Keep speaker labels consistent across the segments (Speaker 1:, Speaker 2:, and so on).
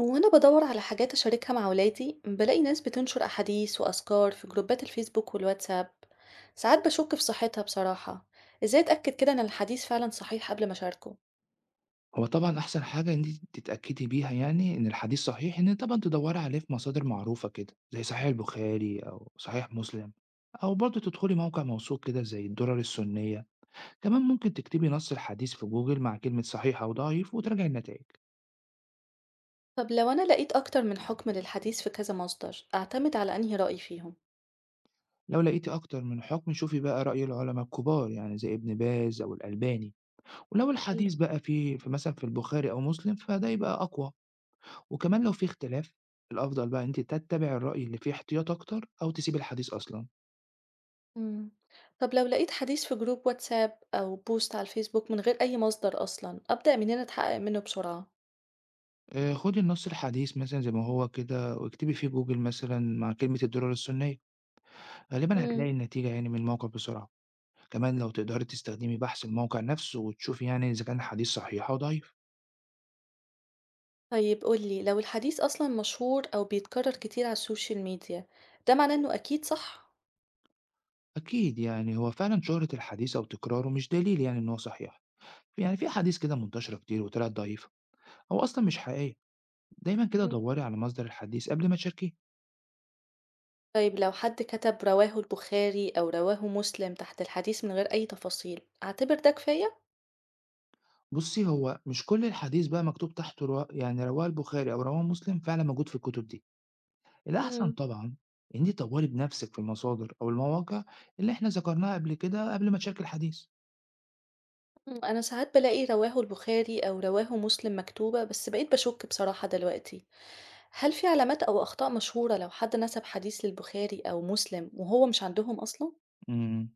Speaker 1: وأنا بدور على حاجات أشاركها مع ولادي بلاقي ناس بتنشر أحاديث وأذكار في جروبات الفيسبوك والواتساب. ساعات بشك في صحتها بصراحة. إزاي أتأكد كده إن الحديث فعلا صحيح قبل ما أشاركه؟
Speaker 2: هو طبعًا أحسن حاجة إن أنتِ تتأكدي بيها يعني إن الحديث صحيح، إن طبعًا تدوّري عليه في مصادر معروفة كده، زي صحيح البخاري أو صحيح مسلم، أو برضه تدخلي موقع موثوق كده زي الدُرر السنية. كمان ممكن تكتبي نص الحديث في جوجل مع كلمة صحيح أو ضعيف وتراجعي النتائج.
Speaker 1: طب لو أنا لقيت أكتر من حكم للحديث في كذا مصدر أعتمد على أنهي رأي فيهم؟
Speaker 2: لو لقيتِ أكتر من حكم شوفي بقى رأي العلما الكبار يعني زي ابن باز أو الألباني، ولو
Speaker 1: حلو.
Speaker 2: الحديث بقى في مثلًا في البخاري أو مسلم فده يبقى أقوى. وكمان لو في اختلاف الأفضل بقى إن أنتِ تتّبعي الرأي اللي فيه احتياط أكتر أو تسيبي الحديث أصلًا.
Speaker 1: مم. طب لو لقيت حديث في جروب واتساب أو بوست على الفيسبوك من غير أي مصدر أصلا أبدأ منين أتحقق منه بسرعة؟
Speaker 2: خُدي النُص الحديث مثلًا زي ما هو كده واكتبي في جوجل مثلًا مع كلمة الدولار السُنية، غالبًا هتلاقي
Speaker 1: مم.
Speaker 2: النتيجة يعني من الموقع بسرعة. كمان لو تقدري تستخدمي بحث الموقع نفسه وتشوفي يعني إذا كان الحديث صحيح أو ضعيف.
Speaker 1: طيب قولي لو الحديث أصلًا مشهور أو بيتكرر كتير على السوشيال ميديا، ده معناه إنه أكيد صح؟
Speaker 2: أكيد يعني هو فعلًا شهرة الحديث أو تكراره مش دليل يعني إن هو صحيح، يعني في أحاديث كده منتشرة كتير وطلعت ضعيفة أو أصلًا مش حقيقية. دايمًا كده
Speaker 1: مم.
Speaker 2: دَوّري على مصدر الحديث قبل ما تشاركيه.
Speaker 1: طيب لو حد كتب رواه البخاري أو رواه مسلم تحت الحديث من غير أي تفاصيل، أعتبر ده كفاية؟
Speaker 2: بُصّي، هو مش كل الحديث بقى مكتوب تحته روا يعني رواه البخاري أو رواه مسلم فعلًا موجود في الكتب دي. الأحسن
Speaker 1: مم.
Speaker 2: طبعًا إن أنتِ تدوّري بنفسِك في المصادر أو المواقع اللي إحنا ذكرناها قبل كده قبل ما تشاركي الحديث.
Speaker 1: مم، أنا ساعات بلاقي رواه البخاري أو رواه مسلم مكتوبة بس بقيت بشك بصراحة دلوقتي، هل في علامات أو أخطاء مشهورة لو حد نسب حديث للبخاري أو مسلم وهو مش عندهم أصلًا؟
Speaker 2: إمم.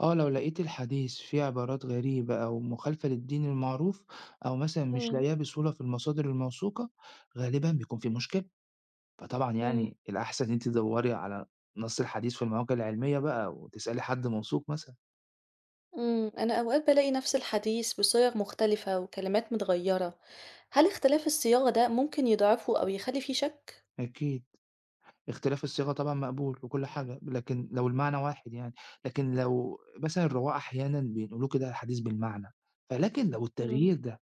Speaker 2: آه، لو لقيتِ الحديث فيه عبارات غريبة أو مخالفة للدين المعروف أو مثلًا مش
Speaker 1: مم.
Speaker 2: لاقياه بسهولة في المصادر الموثوقة، غالبًا بيكون في مشكلة. فطبعًا
Speaker 1: مم.
Speaker 2: يعني الأحسن إن أنتِ تدوّري على نَص الحديث في المواقع العلمية بقى وتسألي حد موثوق مثلًا.
Speaker 1: أنا أوقات بلاقي نفس الحديث بصيغ مختلفة وكلمات متغيرة، هل اختلاف الصياغة ده ممكن يضعفه أو يخلي فيه شك؟
Speaker 2: أكيد. اختلاف الصيغة طبعًا مقبول وكل حاجة، لكن لو المعنى واحد يعني، لكن لو مثلًا الرواة أحيانًا بينقلوا كده الحديث بالمعنى، فلكن لو
Speaker 1: مم.
Speaker 2: التغيير ده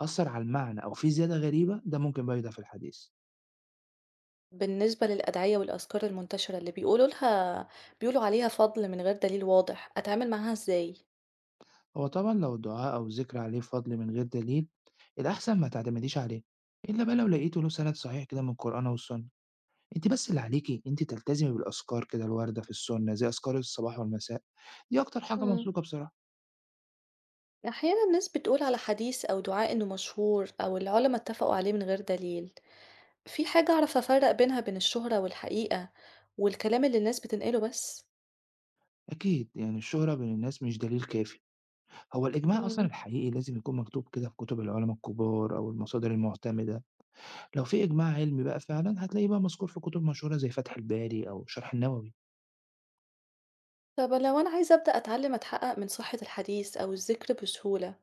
Speaker 2: أثّر على المعنى أو في زيادة غريبة، ده ممكن بقى يضعف الحديث.
Speaker 1: بالنسبة للأدعية والأذكار المنتشرة اللي بيقولوا عليها فضل من غير دليل واضح، أتعامل معاها إزاي؟
Speaker 2: هو طبعًا لو الدعاء أو الذكر عليه فضل من غير دليل، الأحسن ما تعتمديش عليه، إلا بقى لو لقيتِ له سَنَد صحيح كده من القرآن أو السنة. أنتِ بس اللي عليكِ أنتِ تلتزمي بالأذكار كده الواردة في السنة، زي أذكار الصباح والمساء، دي أكتر حاجة
Speaker 1: مم.
Speaker 2: موثوقة بصراحة.
Speaker 1: أحيانا الناس بتقول على حديث أو دعاء إنه مشهور أو العلماء اتفقوا عليه من غير دليل، في حاجة أعرف أفرق بينها بين الشهرة والحقيقة والكلام اللي الناس بتنقله بس؟
Speaker 2: أكيد يعني الشهرة بين الناس مش دليل كافي. هو الإجماع أصلًا
Speaker 1: مم.
Speaker 2: الحقيقي لازم يكون مكتوب كده في كتب العلماء الكبار أو المصادر المعتمدة، لو في إجماع علمي بقى فعلًا هتلاقيه بقى مذكور في كتب مشهورة زي فتح الباري أو شرح النووي.
Speaker 1: طب لو أنا عايزة أبدأ أتعلم أتحقق من صحة الحديث أو الذكر بسهولة،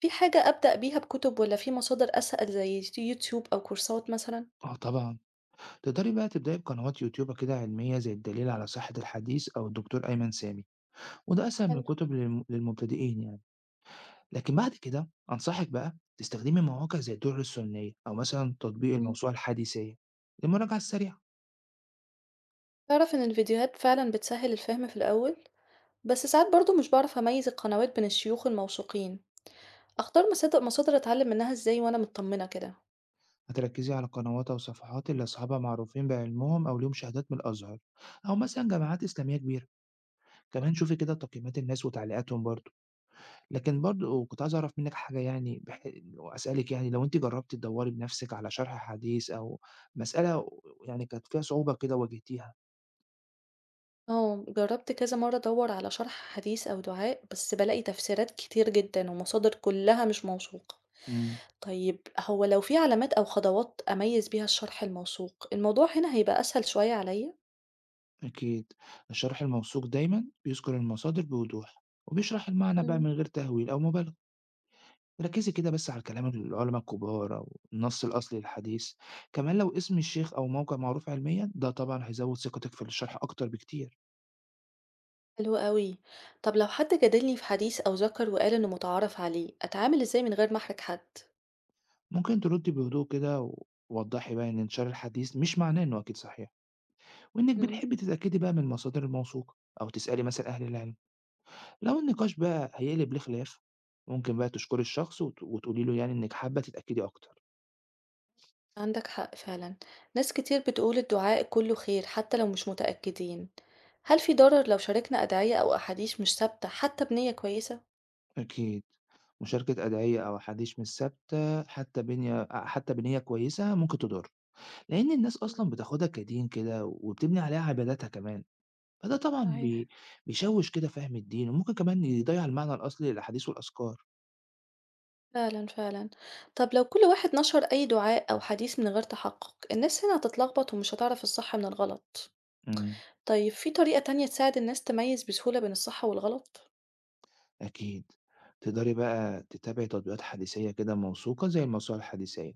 Speaker 1: في حاجة أبدأ بيها بكتب ولا في مصادر أسهل زي يوتيوب أو كورسات مثلا؟
Speaker 2: آه طبعًا، تقدري بقى تبدأي بقنوات يوتيوب كده علمية زي الدليل على صحة الحديث أو الدكتور أيمن سامي، وده أسهل من
Speaker 1: حلو.
Speaker 2: الكتب للمبتدئين يعني. لكن بعد كده أنصحِك بقى تستخدمي مواقع زي الدُرة السنية أو مثلًا تطبيق
Speaker 1: مم.
Speaker 2: الموسوعة الحديثية للمراجعة السريعة.
Speaker 1: تعرف إن الفيديوهات فعلا بتسهل الفهم في الأول، بس ساعات برضو مش بعرف أميز القنوات بين الشيوخ الموثوقين، أختار مصادر أتعلم منها إزاي وأنا مطمنة كده؟
Speaker 2: هتركزي على قنوات أو صفحات اللي أصحابها معروفين بعلمهم أو ليهم شهادات من الأزهر أو مثلا جامعات إسلامية كبيرة. كمان شوفي كده تقييمات الناس وتعليقاتهم برضو. لكن برضو كنت عايز أعرف منك حاجة يعني وأسألك يعني لو أنت جربتي تدوري بنفسك على شرح حديث أو مسألة يعني كانت فيها صعوبة كده واجهتيها.
Speaker 1: اه جربت كذا مرة أدور على شرح حديث أو دعاء بس بلاقي تفسيرات كتير جدا ومصادر كلها مش موثوقة.
Speaker 2: امم.
Speaker 1: طيب هو لو في علامات أو خطوات أميز بيها الشرح الموثوق الموضوع هنا هيبقى أسهل شوية عليا؟
Speaker 2: أكيد. الشرح الموثوق دايما بيذكر المصادر بوضوح وبيشرح المعنى بقى
Speaker 1: مم.
Speaker 2: من غير تهويل أو مبالغة. ركّزي كده بس على كلام العُلما الكبار أو النَص الأصلي للحديث، كمان لو اسم الشيخ أو موقع معروف علميًا ده طبعًا هيزوّد ثقتِك في الشرح أكتر بكتير.
Speaker 1: حلو قوي. طب لو حد جادلني في حديث أو ذكر وقال إنه متعارف عليه أتعامل إزاي من غير ما أحرج حد؟
Speaker 2: ممكن تردّي بهدوء كده ووضّحي بقى إن انتشار الحديث مش معناه إنه أكيد صحيح، وإنِّك
Speaker 1: مم.
Speaker 2: بتحبّي تتأكدي بقى من المصادر الموثوقة أو تسألي مثلًا أهل العلم. لو النقاش بقى هيقلب لخلاف ممكن بقى تشكري الشخص وتقولي له يعني إنِّك حابّة تتأكدي أكتر.
Speaker 1: عندك حق فعلا. ناس كتير بتقول الدعاء كله خير حتى لو مش متأكدين. هل في ضرر لو شاركنا أدعية أو أحاديث مش ثابتة حتى بنية كويسة؟
Speaker 2: أكيد، مشاركة أدعية أو أحاديث مش ثابتة حتى بنية كويسة ممكن تضر. لأن الناس
Speaker 1: مم.
Speaker 2: أصلًا بتاخدها كدين كده وبتبني عليها عباداتها كمان، فده طبعًا
Speaker 1: صحيح.
Speaker 2: بيشوِّش كده فهم الدين، وممكن كمان يضيّع المعنى الأصلي للأحاديث والأذكار.
Speaker 1: فعلًا، فعلًا. طب لو كل واحد نشر أي دعاء أو حديث من غير تحقق، الناس هنا هتتلخبط ومش هتعرف الصح من الغلط.
Speaker 2: إمم.
Speaker 1: طيب في طريقة تانية تساعد الناس تميز بسهولة بين الصح والغلط؟
Speaker 2: أكيد. تقدري بقى تتابعي تطبيقات حديثية كده موثوقة زي الموسوعة الحديثية،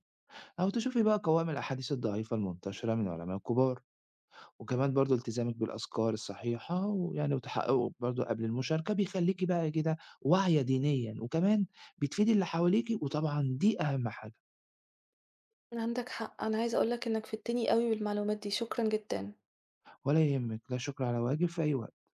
Speaker 2: أو تشوفي بقى قوائم الأحاديث الضعيفة المنتشرة من العلماء الكبار، وكمان برضه التزامِك بالأذكار الصحيحة ويعني وتحقُّقِك برضه قبل المشاركة بيخلّيكِ بقى كده واعية دينيًا، وكمان بتفيدي اللي حواليكِ وطبعًا دي أهم حاجة.
Speaker 1: عندك حق، أنا عايزة أقول لك إنك فدتني أوي بالمعلومات دي، شكرًا جدًا.
Speaker 2: ولا يهمِّك، لا شكر على واجب، في أي وقت.